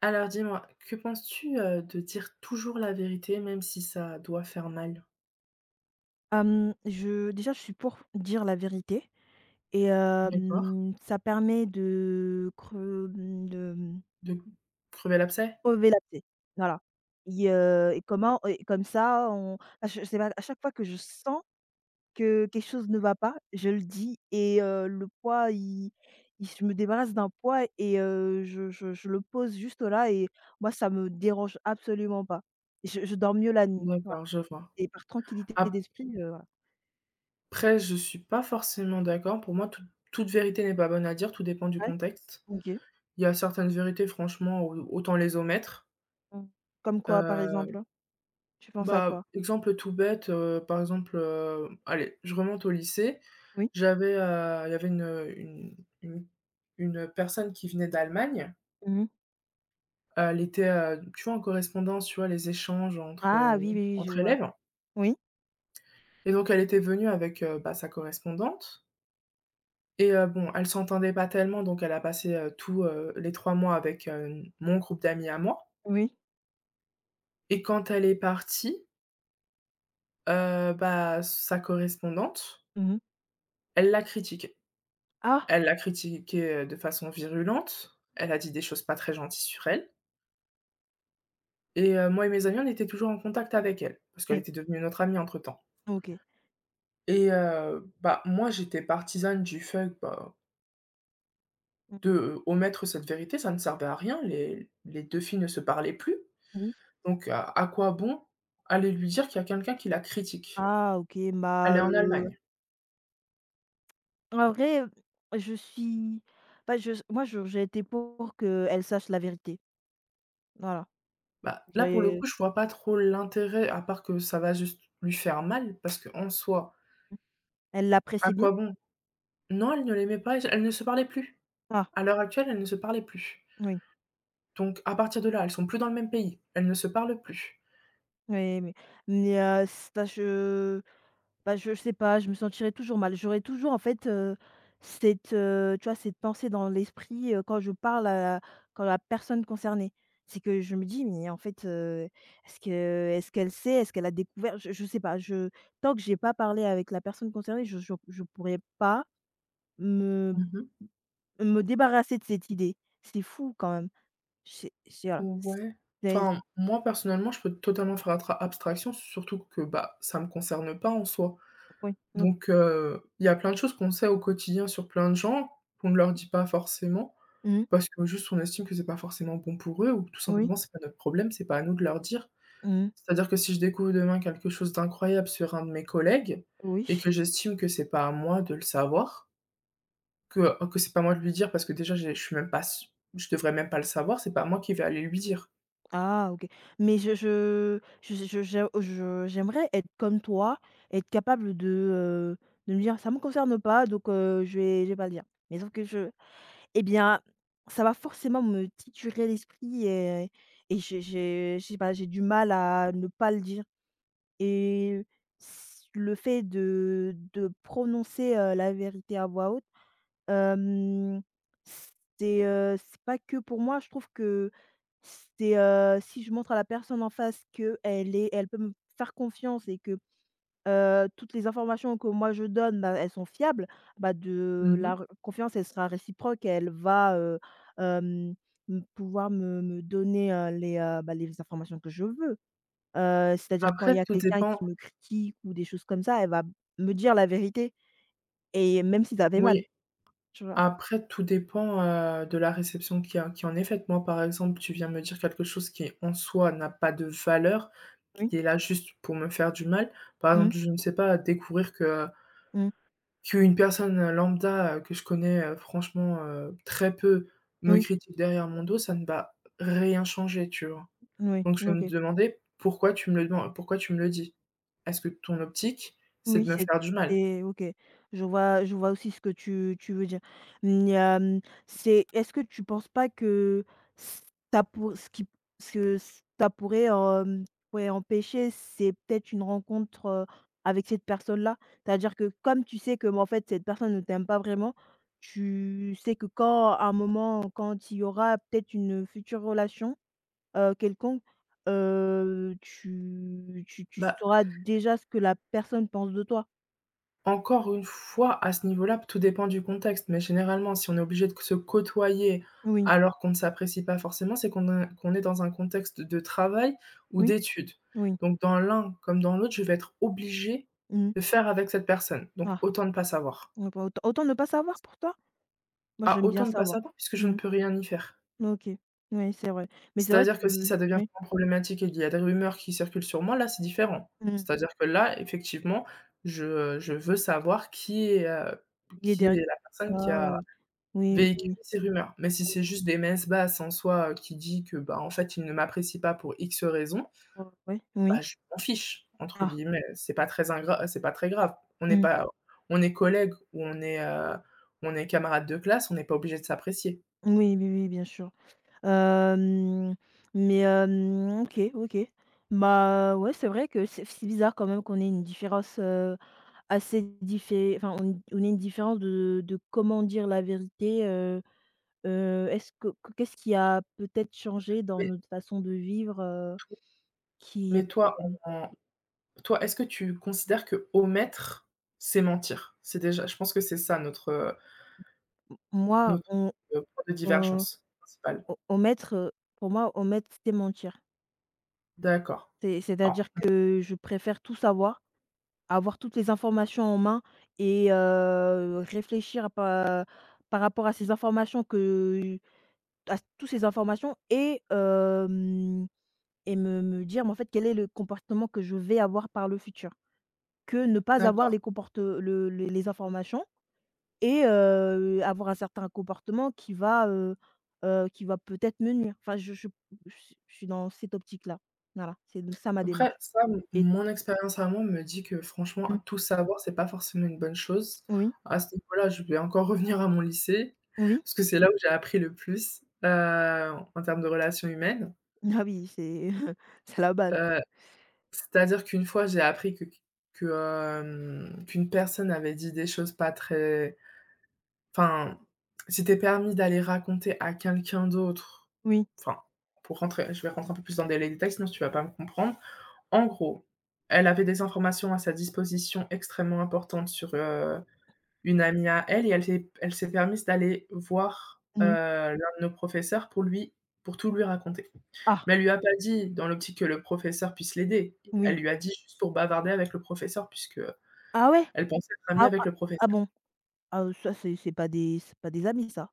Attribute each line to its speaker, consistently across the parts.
Speaker 1: Alors dis-moi, que penses-tu, de dire toujours la vérité même si ça doit faire mal?
Speaker 2: Je suis pour dire la vérité et
Speaker 1: D'accord,
Speaker 2: ça permet de creu mmh, de, mmh,
Speaker 1: de crever l'abcès?
Speaker 2: crever l'abcès, voilà. Et comme ça, on ah, je sais pas, à chaque fois que je sens que quelque chose ne va pas, je le dis et le poids, il je me débarrasse d'un poids et je le pose juste là et moi, ça me dérange absolument pas. Je dors mieux la nuit, voilà,
Speaker 1: D'accord, je vois.
Speaker 2: et par tranquillité d'esprit, voilà.
Speaker 1: Après je suis pas forcément d'accord. Pour moi, toute vérité n'est pas bonne à dire, tout dépend du
Speaker 2: Ouais?
Speaker 1: contexte.
Speaker 2: OK.
Speaker 1: Il y a certaines vérités franchement, au autant les omettre.
Speaker 2: Mmh. Comme quoi, par
Speaker 1: Heu,
Speaker 2: exemple? Tu penses à
Speaker 1: Bah,
Speaker 2: quoi?
Speaker 1: exemple tout bête, par exemple, allez, je remonte au lycée,
Speaker 2: Oui?
Speaker 1: j'avais, il y avait une une une personne qui venait d'Allemagne.
Speaker 2: Mmh mh.
Speaker 1: Elle était, tu vois, en correspondance, tu vois, les échanges entre,
Speaker 2: Ah oui, oui, oui, je
Speaker 1: entre
Speaker 2: vois.
Speaker 1: élèves,
Speaker 2: Oui,
Speaker 1: et donc elle était venue avec, bah, sa correspondante et bon, elle s'entendait pas tellement donc elle a passé, tous, les 3 mois avec, mon groupe d'amis à moi,
Speaker 2: oui.
Speaker 1: et quand elle est partie, bah, sa correspondante,
Speaker 2: Mmh mh.
Speaker 1: elle l'a critiquée.
Speaker 2: Ah!
Speaker 1: Elle l'a critiquée, de façon virulente, elle a dit des choses pas très gentilles sur elle, et moi et mes amis, on était toujours en contact avec elle parce qu'elle était
Speaker 2: Oui.
Speaker 1: devenue notre amie entre-temps.
Speaker 2: OK.
Speaker 1: Et bah, moi, j'étais partisane du fait, bah,
Speaker 2: Mmh.
Speaker 1: de omettre cette vérité, ça ne servait à rien, les 2 filles ne se parlaient plus,
Speaker 2: Oui.
Speaker 1: donc à quoi bon aller lui dire qu'il y a quelqu'un qui la critique?
Speaker 2: Ah, OK,
Speaker 1: Elle est
Speaker 2: bah,
Speaker 1: en Allemagne.
Speaker 2: en vrai, je suis bah, je s moi, je j'ai été pour qu'elle sache la vérité. Voilà.
Speaker 1: Bah, là, pour le
Speaker 2: J'ai
Speaker 1: coup, je vois pas trop l'intérêt à part que ça va juste lui faire mal parce qu'en soi,
Speaker 2: Elle
Speaker 1: à
Speaker 2: l'apprécie bien?
Speaker 1: quoi bon? Non, elle ne l'aimait pas, elle ne se parlait plus.
Speaker 2: Ah,
Speaker 1: À l'heure actuelle, elle ne se parlait plus,
Speaker 2: oui.
Speaker 1: donc à partir de là, elles sont plus dans le même pays, elles ne se parlent plus.
Speaker 2: Oui, mais c bah, je sais pas, je me sentirais toujours mal. J'aurais toujours en fait, cette, tu vois, cette pensée dans l'esprit, quand je parle à quand la personne concernée. C'est que je me dis: «Mais en fait, est-ce qu'elle sait? Est-ce qu'elle a découvert?» Je sais pas, je tant que j'ai pas parlé avec la personne concernée, je pourrais pas me
Speaker 1: Mmh.
Speaker 2: me débarrasser de cette idée. C'est fou quand même. C'est voilà.
Speaker 1: Ouais.
Speaker 2: C'est
Speaker 1: Enfin, moi, personnellement, je peux totalement faire atra abstraction, surtout que, bah, ça me concerne pas en soi.
Speaker 2: oui. OK.
Speaker 1: Donc, il y a plein de choses qu'on sait au quotidien sur plein de gens, qu'on ne leur dit pas forcément,
Speaker 2: Mmh.
Speaker 1: parce que juste on estime que c'est pas forcément bon pour eux ou que tout
Speaker 2: Oui.
Speaker 1: simplement c'est pas notre problème, c'est pas à nous de leur dire.
Speaker 2: Mmh.
Speaker 1: C'est-à-dire que si je découvre demain quelque chose d'incroyable sur un de mes collègues
Speaker 2: Oui.
Speaker 1: et que j'estime que c'est pas à moi de le savoir, que c'est pas à moi de lui dire parce que déjà j'ai je suis même pas s je devrais même pas le savoir, c'est pas à moi qui vais aller lui dire.
Speaker 2: Ah, OK. Mais je j'aimerais être comme toi, être capable heu, de me dire: «Ça me concerne pas, donc je vais pas le dire». Mais sauf que je eh bien, ça va forcément me titurer l'esprit et j'ai je sais pas, j'ai du mal à ne pas le dire et s le fait de prononcer, la vérité à voix haute. Hem, c'est, c'est pas que pour moi, je trouve que c'est, si je montre à la personne en face que elle peut me faire confiance et que, toutes les informations que moi je donne, bah, elles sont fiables, bah, de la
Speaker 1: Mmh.
Speaker 2: re confiance, elle sera réciproque et elle va, hem, m pouvoir me donner, les, bah, les informations que je veux. C'est-à-dire quand
Speaker 1: Après
Speaker 2: il y a
Speaker 1: tout
Speaker 2: quelqu'un
Speaker 1: dépend,
Speaker 2: qui me critique ou des choses comme ça, elle va me dire la vérité et même si ça fait mal,
Speaker 1: oui,
Speaker 2: tu vois?
Speaker 1: après tout dépend, de la réception qui en est faite. Moi, par exemple, tu viens me dire quelque chose qui, en soi, n'a pas de valeur,
Speaker 2: Oui.
Speaker 1: qui est là juste pour me faire du mal. Par
Speaker 2: Mmh.
Speaker 1: exemple, je ne sais pas, découvrir que
Speaker 2: Mmh.
Speaker 1: qu'une personne, lambda, que je connais, franchement, très peu, me
Speaker 2: Oui,
Speaker 1: critique derrière mon dos, ça ne va rien changer, tu vois?
Speaker 2: oui,
Speaker 1: Donc je vais me
Speaker 2: OK.
Speaker 1: demander: «Pourquoi tu me le deman pourquoi tu me le dis? Est-ce que ton optique, c'est
Speaker 2: Oui,
Speaker 1: de me faire du mal?»
Speaker 2: OK. Je vois aussi ce que tu veux dire. Mmh, il y a, mmh, c'est est-ce que tu penses pas que ça pour ce qui ce que ça pourrait, ouais, empêcher, c'est peut-être une rencontre, avec cette personne-là? C'est-à-dire que comme tu sais que, bah, en fait, cette personne ne t'aime pas vraiment, tu sais que quand à un moment, quand il y aura peut-être une future relation quelconque, tu
Speaker 1: bah
Speaker 2: sauras déjà ce que la personne pense de toi.
Speaker 1: Encore une fois, à ce niveau-là, tout dépend du contexte, mais généralement, si on est obligé de se côtoyer
Speaker 2: Oui,
Speaker 1: alors qu'on ne s'apprécie pas forcément, c'est qu'on est dans un contexte de travail ou
Speaker 2: oui,
Speaker 1: d'études.
Speaker 2: oui.
Speaker 1: Donc dans l'un comme dans l'autre, je vais être obligée
Speaker 2: Mmh.
Speaker 1: de faire avec cette personne. Donc
Speaker 2: Ah,
Speaker 1: autant ne pas savoir.
Speaker 2: ouais, bah, autant ne pas savoir pour toi? Moi,
Speaker 1: Ah,
Speaker 2: j'aime bien
Speaker 1: autant ne pas
Speaker 2: savoir.
Speaker 1: savoir puisque je ne
Speaker 2: Mmh.
Speaker 1: peux rien y faire.
Speaker 2: OK. Oui, c'est vrai. Mais c'est vrai,
Speaker 1: C'est-à-dire que si
Speaker 2: tu
Speaker 1: ça devient
Speaker 2: oui.
Speaker 1: vraiment problématique et qu'il y a des rumeurs qui circulent sur moi, là, c'est différent.
Speaker 2: Mmh.
Speaker 1: C'est-à-dire que là, effectivement, je veux savoir
Speaker 2: Il est
Speaker 1: qui est
Speaker 2: derrière
Speaker 1: la personne qui
Speaker 2: toi,
Speaker 1: a
Speaker 2: oui,
Speaker 1: véhiculer ces rumeurs, mais si
Speaker 2: oui,
Speaker 1: c'est juste des messes basses en soi, qui dit que, bah, en fait, il ne m'apprécie pas pour X raisons,
Speaker 2: oui, ouais,
Speaker 1: bah,
Speaker 2: oui.
Speaker 1: je m'en fiche entre
Speaker 2: Ah,
Speaker 1: guillemets, c'est pas très ingra c'est pas très grave. On n'est
Speaker 2: mmh.
Speaker 1: pas, on est collègues ou on est camarades de classe, on n'est pas obligé de s'apprécier.
Speaker 2: Oui, oui, oui, bien sûr. Hem, mais OK, OK. Bah, ouais, c'est vrai que c'est bizarre quand même qu'on ait une différence, Assez diffé enfin, on a une différence de comment dire la vérité, est-ce que qu'est-ce qui a peut-être changé dans
Speaker 1: Mais
Speaker 2: notre façon de vivre,
Speaker 1: to
Speaker 2: qui,
Speaker 1: mais toi,
Speaker 2: hem,
Speaker 1: en toi, est-ce que tu considères que omettre, c'est mentir? C'est déjà je pense que c'est ça notre,
Speaker 2: m moi,
Speaker 1: notre, point de
Speaker 2: on
Speaker 1: divergence principal.
Speaker 2: o omettre, pour moi, omettre, c'est mentir.
Speaker 1: D'accord. Alors
Speaker 2: C'est-à-dire que je préfère tout savoir, avoir toutes les informations en main et réfléchir par rapport à ces informations que à toutes ces informations et hem Et me me dire, mais en fait, quel est le comportement que je vais avoir par le futur? Que ne pas avoir
Speaker 1: d'accord.
Speaker 2: les comporte le les informations et avoir un certain comportement qui va peut-être me nuire. Enfin, je suis dans cette optique-là. Voilà, c'est ça ma
Speaker 1: Après
Speaker 2: démarche
Speaker 1: ça, m
Speaker 2: et
Speaker 1: mon expérience à moi me dit que franchement,
Speaker 2: mmh,
Speaker 1: tout savoir, c'est pas forcément une bonne chose.
Speaker 2: oui,
Speaker 1: À ce niveau-là, je vais encore revenir à mon lycée,
Speaker 2: oui.
Speaker 1: parce que c'est là où j'ai appris le plus, en termes de relations humaines.
Speaker 2: Ah oui, c'est c'est la base.
Speaker 1: Heu, C'est-à-dire qu'une fois, j'ai appris qu'une personne avait dit des choses pas très enfin, c'était permis d'aller raconter à quelqu'un d'autre
Speaker 2: Oui,
Speaker 1: enfin, pour rentrer je vais rentrer un peu plus dans les détails, sinon tu vas pas me comprendre. En gros, elle avait des informations à sa disposition extrêmement importantes sur, une amie à elle et elle s'est permise d'aller voir,
Speaker 2: mmh.
Speaker 1: l'un de nos professeurs pour tout lui raconter.
Speaker 2: Ah,
Speaker 1: Mais elle lui a pas dit dans l'optique que le professeur puisse l'aider.
Speaker 2: oui.
Speaker 1: Elle lui a dit juste pour bavarder avec le professeur puisque
Speaker 2: Ah ouais?
Speaker 1: elle pensait être amie
Speaker 2: Ah
Speaker 1: avec
Speaker 2: ah
Speaker 1: le
Speaker 2: ah
Speaker 1: professeur.
Speaker 2: bon? Ah, ça, c'est pas des amis ça.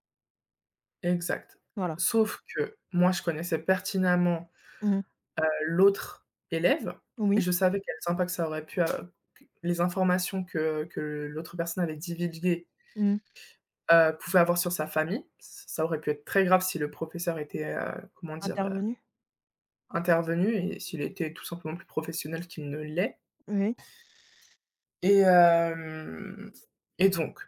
Speaker 1: Exact.
Speaker 2: Voilà.
Speaker 1: Sauf que moi, je connaissais pertinemment,
Speaker 2: Mmh.
Speaker 1: l'autre élève et
Speaker 2: Oui.
Speaker 1: je savais quels impacts ça aurait pu a les informations que l'autre personne avait divulguées
Speaker 2: Mmh.
Speaker 1: pouvait avoir sur sa famille. Ça aurait pu être très grave si le professeur était, comment dire?
Speaker 2: Intervenus.
Speaker 1: Intervenu et s'il était tout simplement plus professionnel qu'il ne l'est,
Speaker 2: Oui.
Speaker 1: et hem et donc,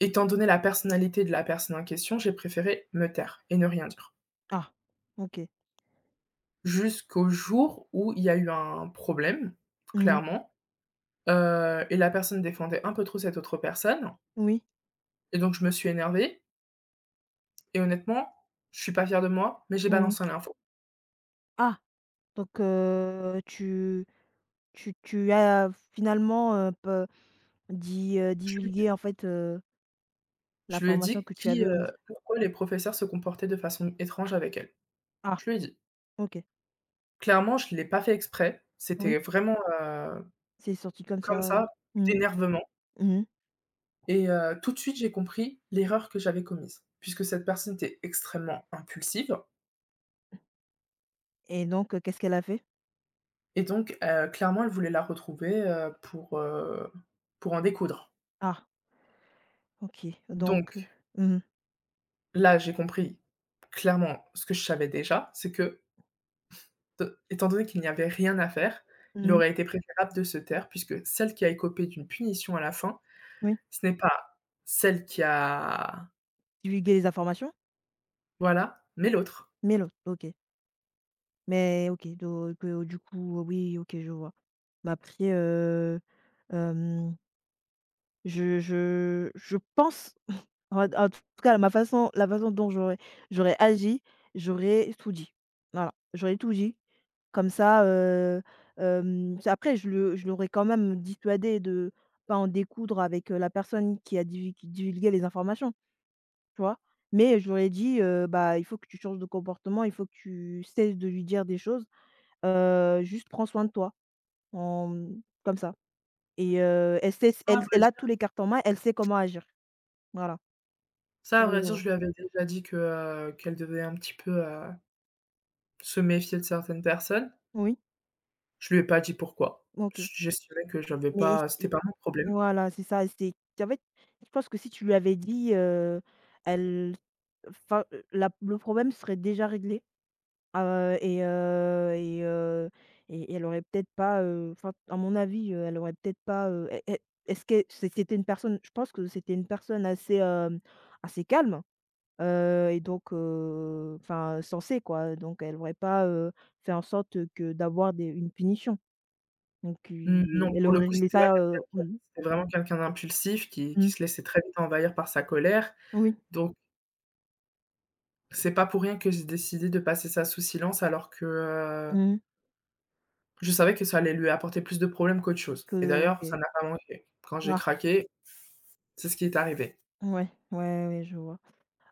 Speaker 1: étant donné la personnalité de la personne en question, j'ai préféré me taire et ne rien dire.
Speaker 2: Ah, OK.
Speaker 1: Jusqu'au jour où il y a eu un problème,
Speaker 2: Mmh.
Speaker 1: clairement, et la personne défendait un peu trop cette autre personne,
Speaker 2: Oui,
Speaker 1: et donc je me suis énervée et honnêtement, je suis pas fière de moi, mais j'ai
Speaker 2: oui.
Speaker 1: balancé l'info.
Speaker 2: Ah, donc heu, tu as finalement, pe di
Speaker 1: Je
Speaker 2: divulgué en fait,
Speaker 1: Je lui ai
Speaker 2: l'information
Speaker 1: dit
Speaker 2: que tu
Speaker 1: qui,
Speaker 2: avais omise?
Speaker 1: pourquoi les professeurs se comportaient de façon étrange avec elle.
Speaker 2: Ah,
Speaker 1: Je lui ai dit.
Speaker 2: OK.
Speaker 1: Clairement, je l'ai pas fait exprès.
Speaker 2: Oui,
Speaker 1: C'était vraiment,
Speaker 2: c'est sorti comme
Speaker 1: comme
Speaker 2: ça,
Speaker 1: ça,
Speaker 2: mmh,
Speaker 1: d'énervement,
Speaker 2: mmh,
Speaker 1: et tout de suite, j'ai compris l'erreur que j'avais commise. Puisque cette personne était extrêmement impulsive
Speaker 2: et donc qu'est-ce qu'elle a fait?
Speaker 1: et donc clairement, elle voulait la retrouver, pour en découdre.
Speaker 2: Ah, OK,
Speaker 1: Donc
Speaker 2: donc mmh
Speaker 1: là, j'ai compris clairement ce que je savais déjà, c'est que étant donné qu'il n'y avait rien à faire,
Speaker 2: mh,
Speaker 1: il
Speaker 2: mmh,
Speaker 1: aurait été préférable de se taire puisque celle qui a écopé d'une punition à la fin,
Speaker 2: oui,
Speaker 1: ce n'est pas celle qui a,
Speaker 2: divulguer les informations,
Speaker 1: voilà, mais l'autre.
Speaker 2: mais l'autre, OK. Mais OK, donc du coup, oui, OK, je vois. Mais après, je pense, en en tout cas ma façon la façon dont j'aurais agi, j'aurais tout dit. Voilà, j'aurais tout dit. Comme ça, c'est après je l'aurais quand même dissuadé de pas en découdre avec, la personne qui divulgué les informations, tu vois? Mais je lui aurais dit, «Bah, il faut que tu changes de comportement, il faut que tu cesses de lui dire des choses, juste prends soin de toi», en comme ça et elle sait
Speaker 1: Ça à
Speaker 2: elle
Speaker 1: vrai
Speaker 2: elle a tous
Speaker 1: dire
Speaker 2: les cartes en main, elle sait comment agir. Voilà,
Speaker 1: ça à
Speaker 2: sur le
Speaker 1: vrai dire,
Speaker 2: moment.
Speaker 1: je lui avais déjà dit que, qu'elle devait un petit peu, se méfier de certaines personnes.
Speaker 2: Oui,
Speaker 1: Je lui ai pas dit pourquoi.
Speaker 2: OK.
Speaker 1: J'estimais que j'avais
Speaker 2: Mais
Speaker 1: pas c'était
Speaker 2: c'est
Speaker 1: pas mon problème.
Speaker 2: voilà, c'est ça, c'est qu'en fait, je pense que si tu lui avais dit, elle enfin, la le problème serait déjà réglé, heu et heu et heu et elle aurait peut-être pas, enfin, à mon avis, elle aurait peut-être pas, est-ce que c'était une personne je pense que c'était une personne assez, assez calme, et donc enfin, sensée quoi, donc elle aurait pas, fait en sorte que d'avoir des une punition. Donc
Speaker 1: N
Speaker 2: il
Speaker 1: Non,
Speaker 2: elle
Speaker 1: pour le
Speaker 2: aurait
Speaker 1: coup,
Speaker 2: réglé
Speaker 1: c'était pas
Speaker 2: ça,
Speaker 1: quelqu'un de calme,
Speaker 2: mmh
Speaker 1: c'était vraiment quelqu'un d'impulsif qui
Speaker 2: mh.
Speaker 1: se laissait très vite envahir par sa colère,
Speaker 2: Oui.
Speaker 1: donc. C'est pas pour rien que j'ai décidé de passer ça sous silence alors que,
Speaker 2: Mmh.
Speaker 1: je savais que ça allait lui apporter plus de problèmes qu'autre chose
Speaker 2: Que
Speaker 1: et
Speaker 2: OK.
Speaker 1: d'ailleurs, ça n'a pas manqué. Quand j'ai
Speaker 2: Ah,
Speaker 1: craqué, c'est ce qui est arrivé.
Speaker 2: ouais, ouais, ouais, je vois.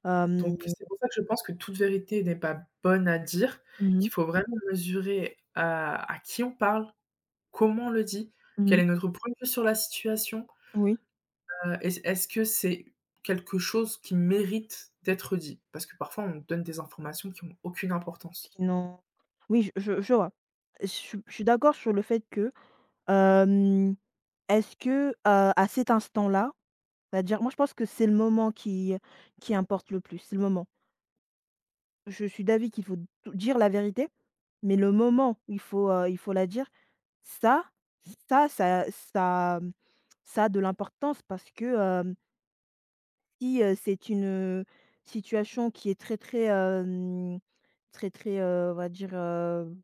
Speaker 2: Hem.
Speaker 1: Donc c'est pour ça que je pense que toute vérité n'est pas bonne à dire,
Speaker 2: Mmh mh.
Speaker 1: qu'il faut vraiment mesurer à qui on parle, comment on le dit, quel
Speaker 2: Mmh.
Speaker 1: est notre point de vue sur la situation,
Speaker 2: Oui.
Speaker 1: est-ce que c'est quelque chose qui mérite d'être dit? Parce que parfois on donne des informations qui ont aucune importance.
Speaker 2: Sinon oui, je vois. Je suis d'accord sur le fait que, hem, est-ce que, à cet instant-là, c'est-à-dire moi je pense que c'est le moment qui importe le plus, c'est le moment. Je suis d'avis qu'il faut tou dire la vérité, mais le moment où il faut la dire, ça ça, mmh, ça a de l'importance parce que, si, c'est une, situation qui est très, très, très, très, on va dire,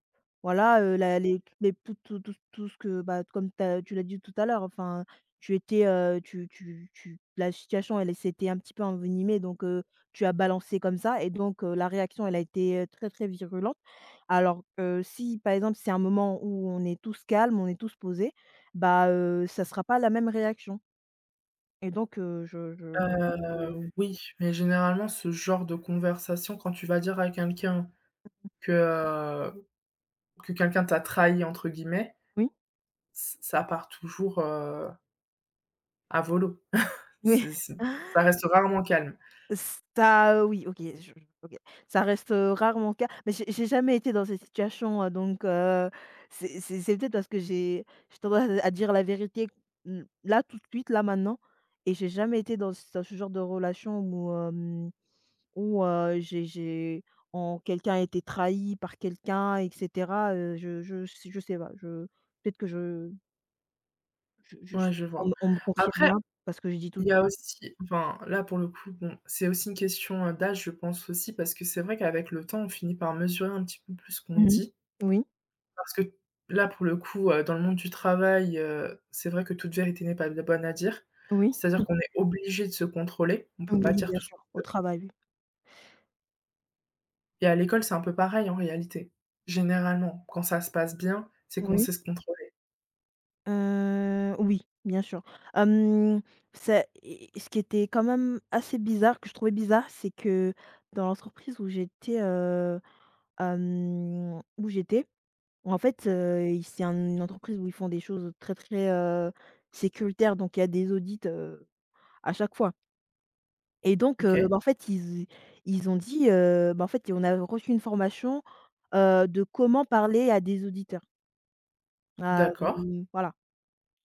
Speaker 2: voilà, la les tout ce que, bah, comme tu l'as dit tout à l'heure, enfin, tu étais, tu tu tu la situation, elle s'était un petit peu envenimée donc tu as balancé comme ça et donc la réaction, elle a été, très, très virulente. Alors que si, par exemple, c'est un moment où on est tous calmes, on est tous posés, bah, ça sera pas la même réaction et donc je
Speaker 1: Heu
Speaker 2: pense que
Speaker 1: Oui, mais généralement, ce genre de conversation, quand tu vas dire à quelqu'un que, heu, que quelqu'un t'a «trahi» entre guillemets,
Speaker 2: oui.
Speaker 1: ç ça part toujours, à volo.
Speaker 2: Oui.
Speaker 1: C'est ça reste rarement calme.
Speaker 2: Ça, oui, OK, je OK. Ça reste, rarement le cas, mais j'ai jamais été dans cette situation, donc c'est peut-être parce que j'ai tendance à dire la vérité, l là, tout de suite, là, maintenant et j'ai jamais été dans ce genre de relation où, où, j'ai en quelqu'un a été trahi par quelqu'un et cetera, je sais pas, je peut-être que je
Speaker 1: Ouais, je vois.
Speaker 2: on me confie
Speaker 1: Après,
Speaker 2: rien parce que je dis tout
Speaker 1: il
Speaker 2: le
Speaker 1: y a
Speaker 2: temps.
Speaker 1: aussi enfin, là, pour le coup, bon, c'est aussi une question, d'âge, je pense aussi, parce que c'est vrai qu'avec le temps, on finit par mesurer un petit peu plus ce qu'on
Speaker 2: Mmh.
Speaker 1: dit.
Speaker 2: Oui,
Speaker 1: Parce que là, pour le coup, dans le monde du travail, c'est vrai que toute vérité n'est pas bonne à dire.
Speaker 2: oui.
Speaker 1: C'est-à-dire qu'on est obligé de se contrôler, on peut pas
Speaker 2: Oui,
Speaker 1: dire
Speaker 2: bien
Speaker 1: tout ce
Speaker 2: sûr, au travail, oui.
Speaker 1: et à l'école, c'est un peu pareil en réalité. Généralement, quand ça se passe bien, c'est qu'on
Speaker 2: Oui,
Speaker 1: sait se contrôler.
Speaker 2: oui, bien sûr. Hem, c'est Et ce qui était quand même assez bizarre, que je trouvais bizarre, c'est que dans l'entreprise où j'étais, où j'étais, en fait, il c'est un une entreprise où ils font des choses très, très, sécuritaires, donc il y a des audits, à chaque fois et donc
Speaker 1: OK,
Speaker 2: bah, en fait, ils ont dit, bah, en fait, on a reçu une formation, de comment parler à des auditeurs. À,
Speaker 1: d'accord.
Speaker 2: mmh, voilà.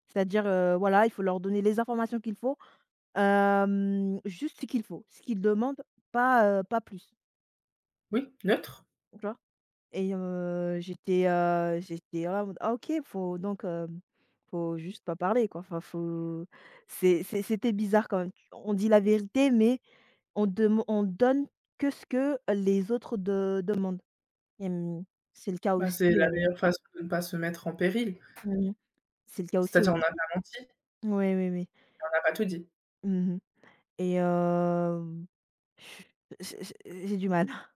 Speaker 2: C'est-à-dire, voilà, il faut leur donner les informations qu'il faut, juste ce qu'il faut, ce qu'ils demandent, pas, pas plus,
Speaker 1: Oui, neutre.
Speaker 2: tu vois? Et j'étais, j'étais là en mode: «Ah OK, faut donc, faut juste pas parler quoi». Enfin faut c'est c'était bizarre quand même. Tu On dit la vérité, mais on donne que ce que les autres de demandent. Hem, c'est le cas
Speaker 1: Bah,
Speaker 2: aussi,
Speaker 1: c'est la meilleure façon de ne pas se mettre en péril.
Speaker 2: mmh, c'est le cas aussi au
Speaker 1: C'est-à-dire on n'a
Speaker 2: lycée.
Speaker 1: pas menti,
Speaker 2: Oui, oui, oui.
Speaker 1: on n'a pas tout dit.
Speaker 2: Mmh, et J'ai j'ai du mal.